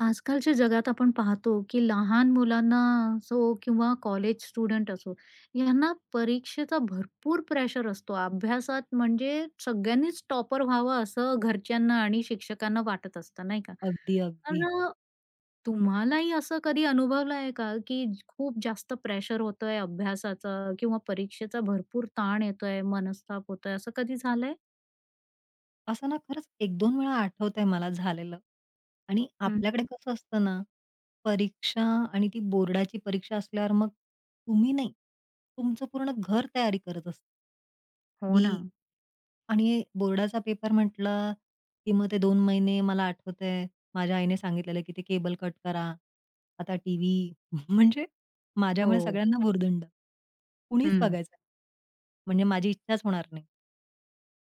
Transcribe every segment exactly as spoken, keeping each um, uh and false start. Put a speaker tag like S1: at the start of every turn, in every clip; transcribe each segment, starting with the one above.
S1: आजकालच्या जगात आपण पाहतो, की लहान मुलांना असो किंवा कॉलेज स्टुडंट असो, यांना परीक्षेचा भरपूर प्रेशर असतो. अभ्यासात म्हणजे सगळ्यांनीच टॉपर व्हावं असं घरच्यांना आणि शिक्षकांना वाटत असतं, नाही का?
S2: अगदी,
S1: तर
S2: अगदी.
S1: अ, तुम्हालाही असं कधी अनुभवलं आहे का, की खूप जास्त प्रेशर होतोय अभ्यासाचं किंवा परीक्षेचा भरपूर ताण येतोय, मनस्ताप होतोय, असं कधी झालंय?
S2: असं ना खरंच एक-दोन वेळा आठवतंय मला झालेलं. आणि
S1: हं,
S2: आपल्याकडे कसं असतं ना, परीक्षा आणि ती बोर्डाची परीक्षा असल्यावर मग तुम्ही नाही, तुमचं पूर्ण घर तयारी करत असतं,
S1: हो ना.
S2: की आणि बोर्डाचा पेपर म्हटला, की मग ते दोन महिने मला आठवतंय माझ्या आईने सांगितलेलं, की ते केबल कट करा. आता टीव्ही म्हणजे माझ्यामुळे
S1: हो.
S2: सगळ्यांना भुर्दंड. कुणीच बघायचं नाही. म्हणजे माझी इच्छाच होणार नाही.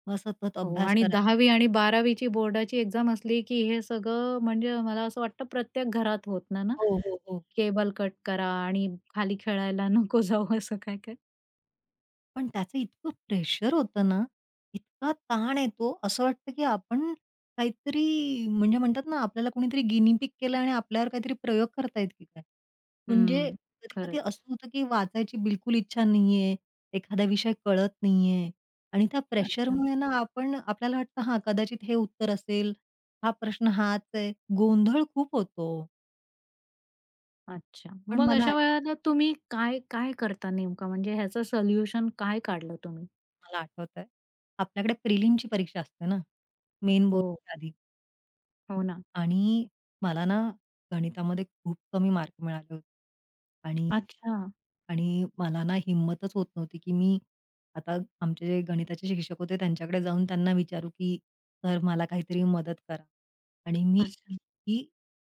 S2: मग सतत
S1: हो
S2: अभ्यास
S1: आणि
S2: करायचा.
S1: दहावी आणि बारावीची बोर्डाची एक्झाम असली, की हे सगळं म्हणजे मला असं वाटतं प्रत्येक घरात होतं ना, ना,
S2: हो, हो, हो.
S1: केबल कट करा आणि खाली खेळायला नको जाऊ असं काय-काय.
S2: पण त्याचं इतकं प्रेशर होतं ना, इतका ताण येतो, असं वाटतं की आपण काहीतरी म्हणजे म्हणतात ना, आपल्याला कोणीतरी गिनी पिग केलं आणि आपल्यावर काहीतरी प्रयोग करतायत की काय? म्हणजे
S1: हं.
S2: कधी-कधी
S1: खरंच.
S2: असं होतं की वाचायची बिलकुल इच्छा नाहीये, एखादा विषय कळत नाहीये आणि त्या
S1: अच्छा,
S2: प्रेशरमुळे ना आपण आपल्याला वाटतं हां, कदाचित हे उत्तर असेल, हा प्रश्न हाच आहे. गोंधळ खूप होतो.
S1: अच्छा.
S2: पण
S1: मग
S2: मला
S1: अशा वेळेला तुम्ही काय काय करता नेमकं? म्हणजे ह्याचं सोल्युशन काय काढलं तुम्ही?
S2: मला आठवतंय, आपल्याकडे प्रिलिमची परीक्षा असते ना, मेन
S1: हो,
S2: बोर्डच्या आधी.
S1: हो ना.
S2: आणि मला ना गणितामध्ये खूप कमी मार्क मिळाले होते. आणि
S1: अच्छा,
S2: आणि मला ना हिम्मतच होत नव्हती, की मी आता आमचे जे गणिताचे शिक्षक होते त्यांच्याकडे जाऊन त्यांना विचारू, की "सर मला काहीतरी मदत करा." आणि मी
S1: अच्छा.
S2: इतकी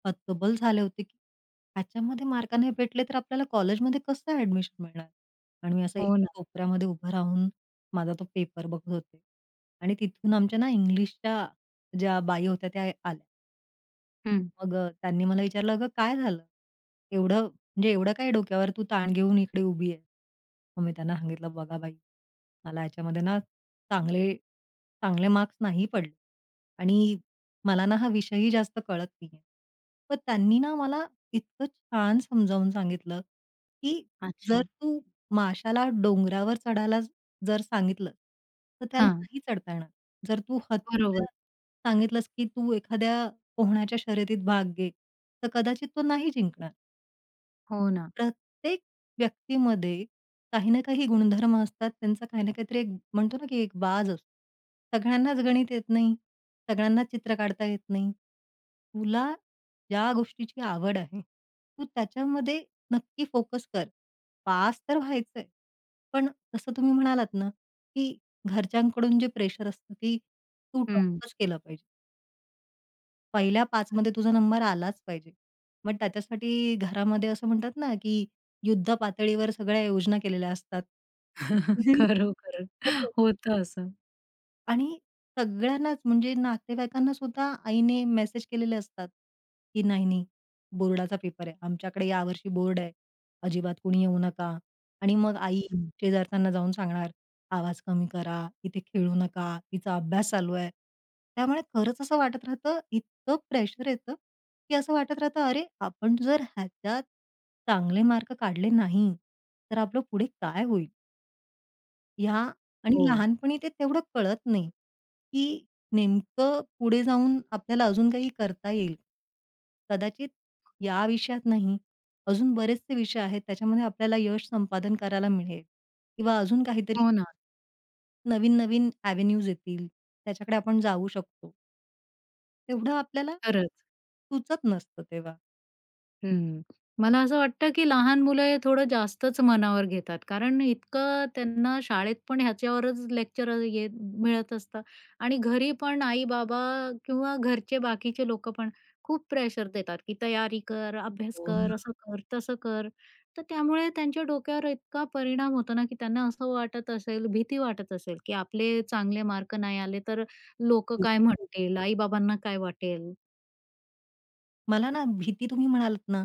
S2: हतबल झाले होते, की ह्याच्यामध्ये मार्क नाही भेटले तर आपल्याला कॉलेजमध्ये कसं ॲडमिशन मिळणार? आणि मी असं
S1: हो
S2: एका
S1: ना.
S2: कोपऱ्यामध्ये उभं राहून माझा तो पेपर बघत होते. आणि तिथून आमच्या ना इंग्लिशच्या ज्या बाई होत्या त्या आल्या.
S1: हं.
S2: मग अ, त्यांनी मला विचारलं, "अगं काय झालं? एवढं म्हणजे एवढं काय डोक्यावर तू ताण घेऊन इकडे उभी आहे?" मग मी त्यांना सांगितलं, "बघा बाई, मला याच्यामध्ये ना चांगले चांगले मार्क्स नाही पडले आणि मला ना हा विषयही जास्त कळत नाहीये." पण त्यांनी ना मला इतकं छान समजावून सांगितलं, की जर
S1: अच्छा.
S2: तू माशाला डोंगरावर चढायला जर सांगितलं, तर त्याला
S1: हां.
S2: नाही चढता येणार. जर तू
S1: बरोबर.
S2: हत्तीला सांगितलंस, की तू एखाद्या पोहण्याच्या शर्यतीत भाग घे, तर कदाचित तो नाही जिंकणार.
S1: हो ना.
S2: प्रत्येक व्यक्तीमध्ये काही ना काही गुणधर्म असतात. त्यांचा काही ना काहीतरी एक म्हणतो ना, की एक बाज असतो. सगळ्यांनाच गणित येत नाही. सगळ्यांनाच चित्र काढता येत नाही. तुला ज्या गोष्टीची आवड आहे, तू त्याच्यामध्ये नक्की फोकस कर. पास तर व्हायचंय. पण जसं तुम्ही म्हणालात ना, की घरच्यांकडून जे प्रेशर असतं, की तू
S1: हं.
S2: टॉपच केलं पाहिजे. पहिल्या पाच मध्ये तुझा नंबर आलाच पाहिजे. मग त्याच्यासाठी घरामध्ये असं म्हणतात ना, की युद्ध पातळीवर सगळ्या योजना केलेल्या असतात. हं.
S1: खरोखर.
S2: हो.
S1: होतं असं.
S2: आणि सगळ्यांनाच म्हणजे नातेवाईकांना सुद्धा आईने मेसेज केलेले असतात, की "नाही, नाही, बोर्डाचा पेपर आहे. आमच्याकडे यावर्षी बोर्ड आहे. अजिबात कुणी येऊ नका." आणि मग आई
S1: हं.
S2: शेजारच्यांना जाऊन सांगणार, "आवाज कमी करा, इथे खेळू नका, तिचा अभ्यास चालू आहे." त्यामुळे खरंच असं वाटत राहतं, इतकं प्रेशर येतं, की असं वाटत राहतं, "अरे, आपण जर ह्याच्यात चांगले मार्क काढले नाही, तर आपलं पुढे काय होईल?" ह्या आणि
S1: हो.
S2: लहानपणी ते तेवढं कळत नाही, की नेमकं पुढे जाऊन आपल्याला अजून काही करता येईल. कदाचित या विषयात नाही, अजून बरेचसे विषय आहेत त्याच्यामध्ये आपल्याला यश संपादन करायला मिळेल किंवा अजून काहीतरी
S1: हो ना.
S2: नवीन-नवीन एव्हेन्यूज येतील, त्याच्याकडे आपण जाऊ शकतो. तेवढं आपल्याला
S1: खरंच.
S2: सुचत नसतं तेव्हा.
S1: हं. मला असं वाटतं, की लहान मुलं हे थोडं जास्तच मनावर घेतात. कारण इतकं त्यांना शाळेत पण ह्याच्यावरच लेक्चर ये मिळत असतं आणि घरी पण आई-बाबा किंवा घरचे बाकीचे लोकं पण खूप प्रेशर देतात, की तयारी कर, अभ्यास
S2: हो
S1: कर,
S2: ना.
S1: असं कर, तसं कर. तर त्यामुळे त्यांच्या डोक्यावर इतका परिणाम होतो ना, की त्यांना असं वाटत असेल, भीती वाटत असेल, की आपले चांगले मार्क नाही आले तर लोकं काय
S2: खूप.
S1: म्हणतील? आई-बाबांना काय वाटेल?
S2: मला ना भीती तुम्ही म्हणालात ना,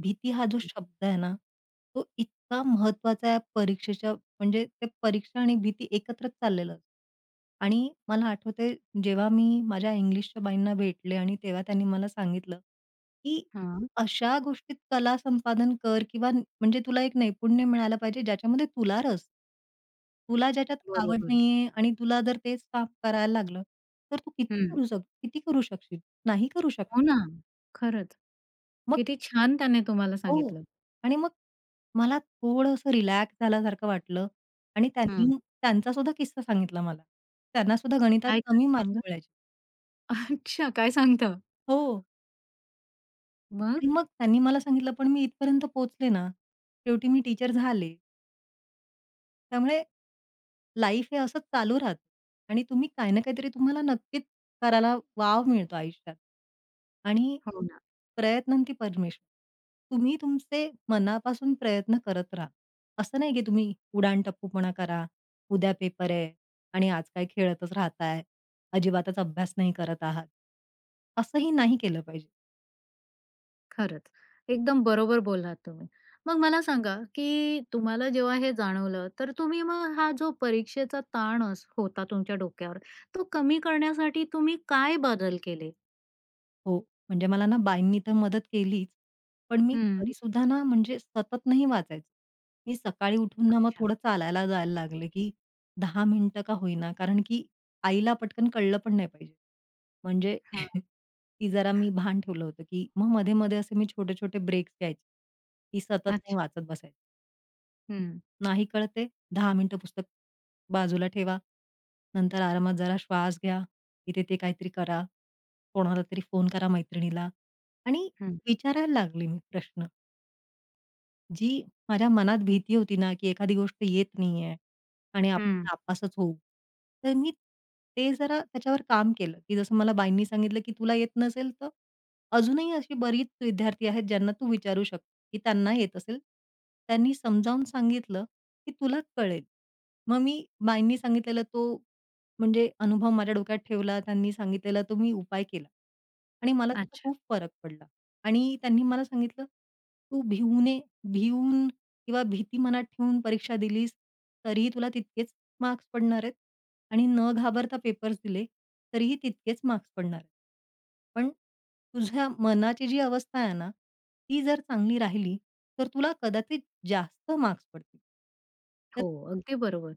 S2: भीती हा जो शब्द आहे ना, तो इतका महत्वाचा आहे परीक्षेच्या म्हणजे ते परीक्षा आणि भीती एकत्रच चाललेलं असतं. आणि मला आठवतंय जेव्हा मी माझ्या इंग्लिशच्या बाईंना भेटले आणि तेव्हा त्यांनी मला सांगितलं, की "तू
S1: हां.
S2: अशा गोष्टीत कला संपादन कर किंवा न- म्हणजे तुला एक नैपुण्य मिळालं पाहिजे ज्याच्यामध्ये तुला रस. तुला ज्याच्यात आवड
S1: बरोबर.
S2: नाहीये आणि तुला जर तेच काम करायला लागलं, तर तू किती करू शक किती करू शकशील? नाही करू शकणार.
S1: हो ना. खरंच. किती छान त्याने तुम्हाला
S2: हो.
S1: सांगितलं.
S2: आणि मग मला थोडंसं रिलॅक्स झाल्यासारखं वाटलं आणि
S1: हं.
S2: त्यांनी त्यांचासुद्धा किस्सा सांगितला मला. त्यांनासुद्धा गणितात
S1: काय, काय
S2: कमी मार्क
S1: सांगा?
S2: मिळायचे.
S1: अच्छा, काय सांगता?
S2: हो. आणि
S1: मग?
S2: मग त्यांनी मला सांगितलं, "पण मी इथपर्यंत पोहोचले ना, शेवटी मी टीचर झाले." त्यामुळे लाईफ हे असंच चालू राहतं आणि तुम्ही काही ना काहीतरी तुम्हाला नक्कीच करायला वाव मिळतो आयुष्यात. आणि
S1: हो ना.
S2: प्रयत्नांती परमेश्वर. तुम्ही तुमचे मनापासून प्रयत्न करत राहा. असं नाही की तुम्ही उडाणटप्पूपणा करा, उद्या पेपर आहे आणि आज काय खेळतच राहताय, अजिबातच अभ्यास नाही करत आहात. असंही नाही केलं पाहिजे.
S1: खरंच. एकदम बरोबर बोललात तुम्ही. मग मला सांगा, की तुम्हाला जेव्हा हे जाणवलं, तर तुम्ही मग हा जो परीक्षेचा ताण अस होता तुमच्या डोक्यावर, तो कमी करण्यासाठी तुम्ही काय बदल केले?
S2: हो, म्हणजे मला ना बाईंनी तर मदत केलीच, पण मी हं.
S1: हं.
S2: तरीसुद्धा ना म्हणजे सतत नाही वाचायचे. मी सकाळी उठून ना मग
S1: अच्छा.
S2: थोडं चालायला जायला लागले, की दहा मिनिटं का होईना, कारण की आईला पटकन कळलं पण नाही पाहिजे. म्हणजे
S1: हां.
S2: ती जरा मी भान ठेवलं होतं, की मग मध्ये-मध्ये असे मी छोटे-छोटे ब्रेक्स घ्यायचे. ती सतत नाही
S1: अच्छा.
S2: वाचत बसायची.
S1: हं,
S2: नाही कळत आहे, मिनिटं पुस्तक बाजूला ठेवा. नंतर आरामात जरा श्वास घ्या. इथे ते काहीतरी करा. कोणाला तरी फोन करा मैत्रिणीला आणि
S1: हं,
S2: विचारायला लागले मी प्रश्न. जी माझ्या मनात भीती होती ना, की एखादी गोष्ट येत नाहीये आणि आपण
S1: हं.
S2: नापासच होऊ. तर मी ते जरा त्याच्यावर काम केलं, की जसं मला बाईंनी सांगितलं, की "तुला येत नसेल तर अजूनही अशी बरीच विद्यार्थी आहेत ज्यांना तू विचारू शकते, की त्यांना येत असेल." त्यांनी समजावून सांगितलं, की "तुला कळेल." मग मी बाईंनी सांगितलेला तो म्हणजे अनुभव माझ्या डोक्यात ठेवला. त्यांनी सांगितलेला तो मी उपाय केला आणि मला त्याचा
S1: अच्छा.
S2: खूप फरक पडला आणि त्यांनी मला सांगितलं, "तू भिऊ नये भिवून किंवा भीती मनात ठेवून परीक्षा दिलीस, तरीही तुला तितकेच मार्क्स पडणार आहेत आणि न घाबरता पेपर्स दिले, तरीही तितकेच मार्क्स पडणार आहेत. पण तुझ्या मनाची जी अवस्था आहे ना, ती जर चांगली राहिली, तर तुला कदाचित जास्त मार्क्स पडतील.
S1: हो, अगदी बरोबर.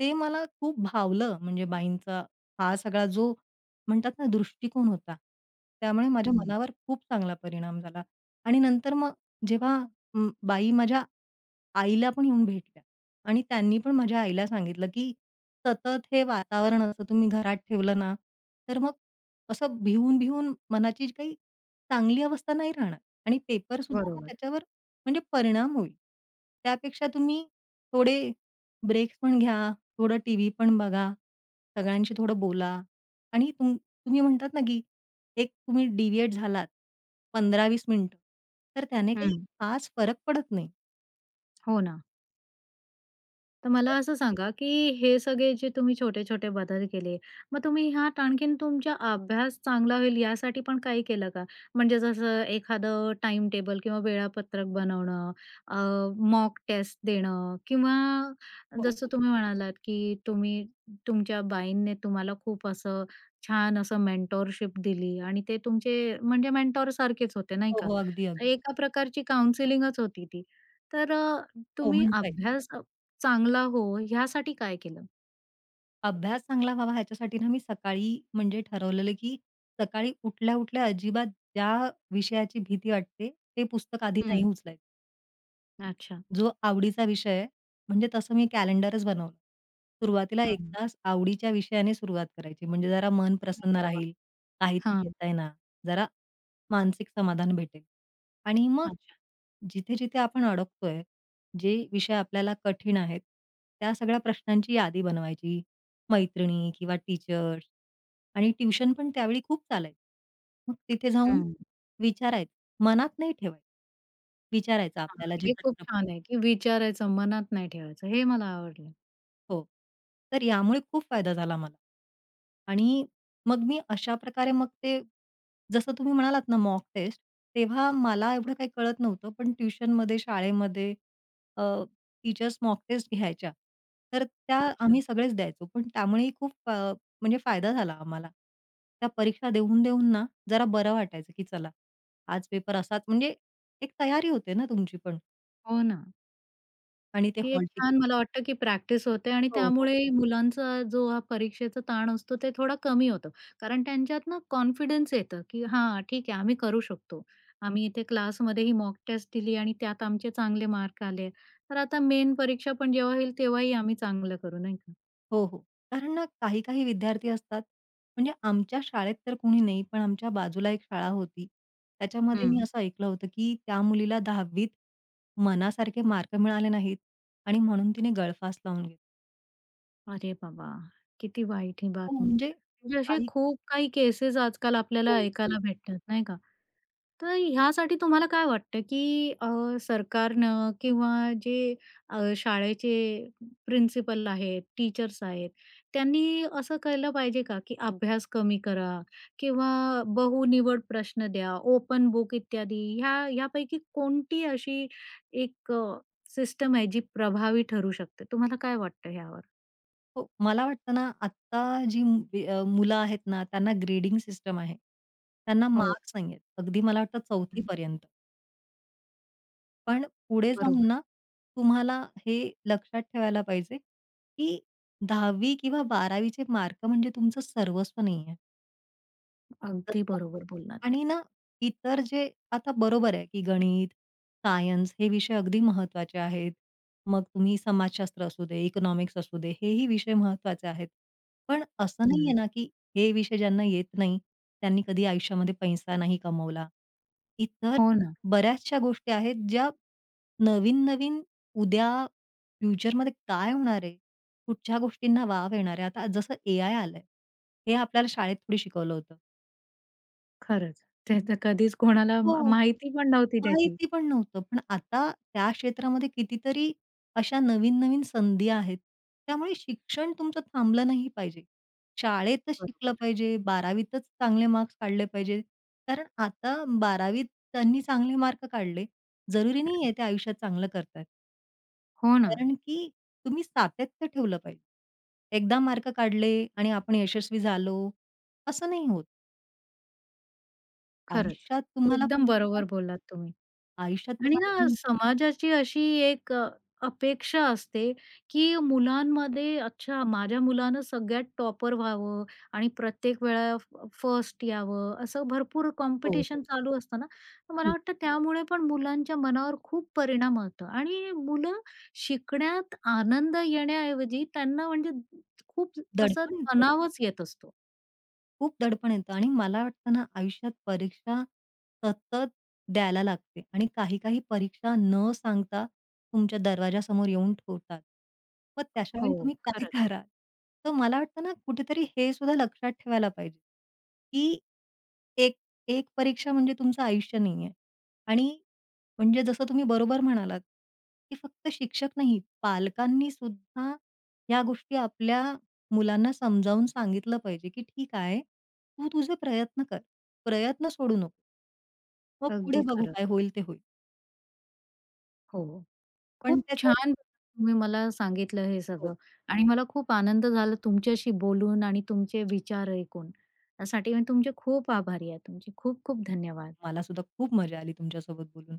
S2: ते मला खूप भावलं म्हणजे बाईंचा हा सगळा जो म्हणतात ना दृष्टिकोन होता. त्यामुळे माझ्या
S1: हं.
S2: मनावर खूप चांगला परिणाम झाला आणि नंतर मग जेव्हा अं, बाई माझ्या आईला पण येऊन भेटल्या आणि त्यांनी पण माझ्या आईला सांगितलं, की सतत हे वातावरण असं तुम्ही घरात ठेवलं ना, तर मग असं भिवून-भिवून मनाची जी काही चांगली अवस्था नाही राहणार आणि पेपर सुद्धा मग
S1: बरोबर.
S2: त्याच्यावर म्हणजे परिणाम होईल. त्यापेक्षा तुम्ही थोडे ब्रेक्स पण घ्या. थोडं टीव्ही पण बघा, सगळ्यांशी थोडं बोला आणि तुम तुम्ही म्हणतात ना, की एक तुम्ही डिव्हिएट झालात पंधरा ते वीस मिनिटं, तर त्याने काही
S1: हं.
S2: खास फरक पडत नाही.
S1: हो ना. तर मला
S2: हो,
S1: असं सांगा, की हे सगळे जे तुम्ही छोटे-छोटे बदल केले, मग तुम्ही ह्यात आणखीन तुमचा अभ्यास चांगला होईल यासाठी पण काही केलं का? म्हणजे जसं एखादं टाईम टेबल किंवा वेळापत्रक बनवणं, अ, मॉक टेस्ट देणं किंवा
S2: हो,
S1: जसं
S2: हो.
S1: तुम्ही म्हणालात, की तुम्ही तुमच्या बाईंनी तुम्हाला खूप असं छान असं मेंटॉरशिप दिली आणि ते तुमचे म्हणजे मेंटॉरसारखेच होते नाही
S2: हो,
S1: का?
S2: हो. अगदी, अगदी.
S1: एका प्रकारची काउन्सिलिंगच होती ती. तर अ,
S2: हो,
S1: तुम्ही
S2: म्हणता
S1: अभ्यास चांगला हो, ह्यासाठी काय केलं?
S2: अभ्यास चांगला व्हावा ह्याच्यासाठी ना मी सकाळी म्हणजे ठरवलेलं, की सकाळी उठल्या-उठल्या अजिबात ज्या विषयाची भीती वाटते, ते पुस्तक आधी नाही
S1: हं.
S2: उचलायचं.
S1: अच्छा.
S2: जो आवडीचा विषय आहे, म्हणजे तसं मी कॅलेंडरच बनवलं. सुरुवातीला एक
S1: हां.
S2: तास आवडीच्या विषयाने सुरुवात करायची. म्हणजे जरा मन प्रसन्न
S1: अरे वाह!
S2: राहील, काहीतरी
S1: हां.
S2: येतंय ना, जरा मानसिक समाधान भेटेल. आणि मग
S1: अच्छा.
S2: जिथे-जिथे आपण अडकतोय, जे विषय आपल्याला कठीण आहेत, त्या सगळ्या प्रश्नांची यादी बनवायची. मैत्रिणी किंवा टीचर्स आणि ट्युशन पण त्यावेळी खूप चालायचं. मग तिथे जाऊन
S1: हं.
S2: विचारायचं. मनात नाही ठेवायचं. विचारायचं
S1: हां,
S2: आपल्याला जे
S1: हे खूप
S2: प्रश्न
S1: छान आहे, की विचारायचं, मनात नाही ठेवायचं. हे मला आवडलं.
S2: हो. तर यामुळे खूप फायदा झाला मला. आणि मग मी अशा प्रकारे मग ते जसं तुम्ही म्हणालात ना मॉक टेस्ट, तेव्हा मला एवढं काही कळत नव्हतं. पण ट्युशनमध्ये, शाळेमध्ये अ, टीचर्स मॉक टेस्ट घ्यायच्या. तर त्या
S1: अच्छा.
S2: आम्ही सगळेच द्यायचो. पण त्यामुळेही खूप अ, म्हणजे फायदा झाला आम्हाला. त्या परीक्षा देऊन-देऊन ना जरा बरं वाटायचं, की चला आज पेपर असाच म्हणजे एक तयारी होते ना तुमची पण
S1: हो ना.
S2: आणि ते
S1: ती
S2: हॉल
S1: एक
S2: नक्कीच. तिकीट
S1: छान मला वाटतं, की प्रॅक्टिस होते आणि
S2: हो. हो
S1: त्यामुळे मुलांचा जो हा परीक्षेचा ताण असतो, ते थोडा कमी होतो. कारण त्यांच्यात ना कॉन्फिडन्स येतं, की हां, ठीक आहे, आम्ही करू शकतो. आम्ही इथे क्लासमध्ये ही मॉक टेस्ट दिली आणि त्यात आमचे चांगले मार्क आले. तर आता मेन परीक्षा पण जेव्हा होईल, तेव्हाही आम्ही चांगलं करू, नाही का?
S2: हो, हो. कारण ना काही-काही विद्यार्थी असतात, म्हणजे आमच्या शाळेत तर कुणी नाही, पण आमच्या बाजूला एक शाळा होती. त्याच्यामध्ये मी असं ऐकलं होतं, की त्या मुलीला दहावीत मनासारखे मार्क मिळाले नाहीत आणि म्हणून तिने गळफास लावून घेतला.
S1: अरे बाबा! किती वाईट ही
S2: हो,
S1: बातमी.
S2: म्हणजे
S1: म्हणजे असे
S2: काही
S1: खूप काही केसेस आजकाल
S2: हो,
S1: आपल्याला
S2: हो.
S1: ऐकायला भेटतात, नाही का? तर ह्यासाठी तुम्हाला काय वाटतं, की अ, सरकारनं किंवा जे अ, शाळेचे प्रिन्सिपल आहेत, टीचर्स आहेत, त्यांनी असं केलं पाहिजे का, की अभ्यास कमी करा किंवा बहुनिवड प्रश्न द्या, ओपन बुक इत्यादी ह्या ह्यापैकी कोणती अशी एक सिस्टम आहे जी प्रभावी ठरू शकते? तुम्हाला काय वाटतं ह्यावर?
S2: हो, मला वाटतं ना आत्ता जी मु- वि अ, मुलं आहेत ना, त्यांना ग्रेडिंग सिस्टम आहे. त्यांना
S1: हो.
S2: मार्क्स नाहीयेत. अगदी मला वाटतं चौथी पर्यंत. पण पुढे जाऊन
S1: बरोबर.
S2: ना, तुम्हाला हे लक्षात ठेवायला पाहिजे, की दहावी किंवा बारावी चे मार्क म्हणजे तुमचं सर्वस्व नाहीये.
S1: अगदी
S2: तसं
S1: बरोबर बोललात.
S2: आणि ना इतर जे आता बरोबर आहे, की गणित, सायन्स हे विषय अगदी महत्त्वाचे आहेत. मग तुम्ही समाजशास्त्र असू दे, इकॉनॉमिक्स असू दे, हेही विषय महत्त्वाचे आहेत. पण असं नाहीये
S1: हं.
S2: ना, की हे विषय ज्यांना येत नाही, त्यांनी कधी आयुष्यामध्ये पैसा नाही कमवला. इतर
S1: हो ना.
S2: बऱ्याचशा गोष्टी आहेत, ज्या नवीन-नवीन उद्या फ्युचरमध्ये काय होणार आहे? कुठच्या गोष्टींना वाव येणार आहे? आता जसं एआय आलंय, हे आपल्याला शाळेत थोडी शिकवलं होतं.
S1: खरंच. ते तर कधीच कोणाला म
S2: हो.
S1: माहिती पण नव्हती त्याची.
S2: माहिती पण नव्हतं. पण आता त्या क्षेत्रामध्ये कितीतरी अशा नवीन-नवीन संधी आहेत. त्यामुळे शिक्षण तुमचं थांबलं नाही पाहिजे. शाळेतच शिकलं
S1: बरोबर.
S2: पाहिजे, बारावीतच चांगले मार्क्स काढले पाहिजे. कारण आता बारावीत त्यांनी चांगले मार्क काढले, जरुरी नाहीये ते आयुष्यात चांगलं करतायत.
S1: हो ना.
S2: कारण की तुम्ही सातत्य ठेवलं पाहिजे. एकदा मार्क काढले आणि आपण यशस्वी झालो, असं नाही होत.
S1: खरंच.
S2: आयुष्यात तुम्हाला
S1: एकदम
S2: परीक्षा
S1: बरोबर बोललात तुम्ही.
S2: आयुष्यात
S1: आणि
S2: तुम्हाला
S1: ना
S2: तुम
S1: समाजाची अशी एक अ, अपेक्षा असते, की मुलांमध्ये अच्छा माझ्या मुलानं सगळ्यात टॉपर व्हावं आणि प्रत्येक वेळा फर्स्ट यावं, असं भरपूर
S2: हो, हो.
S1: कॉम्पिटिशन चालू असतं ना. तर मला
S2: खूप
S1: वाटतं त्यामुळे पण मुलांच्या मनावर खूप परिणाम होतो आणि मुलं शिकण्यात आनंद येण्याऐवजी त्यांना म्हणजे खूप असा
S2: दडपण येतं.
S1: तणावच येत असतो.
S2: खूप दडपण येतं आणि मला वाटतं ना आयुष्यात परीक्षा सतत द्यायला लागते आणि काही काही परीक्षा न सांगता तुमच्या दरवाजासमोर येऊन ठेवतात. मग त्याच्या
S1: हो,
S2: वेळी तुम्ही काय
S1: खरंच.
S2: कराल? तर मला वाटतं ना कुठेतरी हे सुद्धा लक्षात ठेवायला पाहिजे, की एक एक परीक्षा म्हणजे तुमचं आयुष्य नाहीये आणि म्हणजे जसं तुम्ही बरोबर म्हणालात, की फक्त शिक्षक नाही, पालकांनी सुद्धा या गोष्टी आपल्या मुलांना समजावून सांगितलं पाहिजे, की "ठीक आहे, तू तुझे प्रयत्न कर. प्रयत्न सोडू नको. मग पुढे
S1: अगदी
S2: बघू
S1: खरं.
S2: काय होईल ते होईल."
S1: हो.
S2: पण
S1: खूप
S2: त्याचं
S1: छान तुम्ही मला सांगितलं हे
S2: हो,
S1: सगळं आणि मला खूप आनंद झाला तुमच्याशी बोलून आणि तुमचे विचार ऐकून. त्यासाठी मी तुमचे खूप आभारी आहे. तुमचे खूप खूप धन्यवाद.
S2: मला सुद्धा खूप मजा आली तुमच्यासोबत बोलून.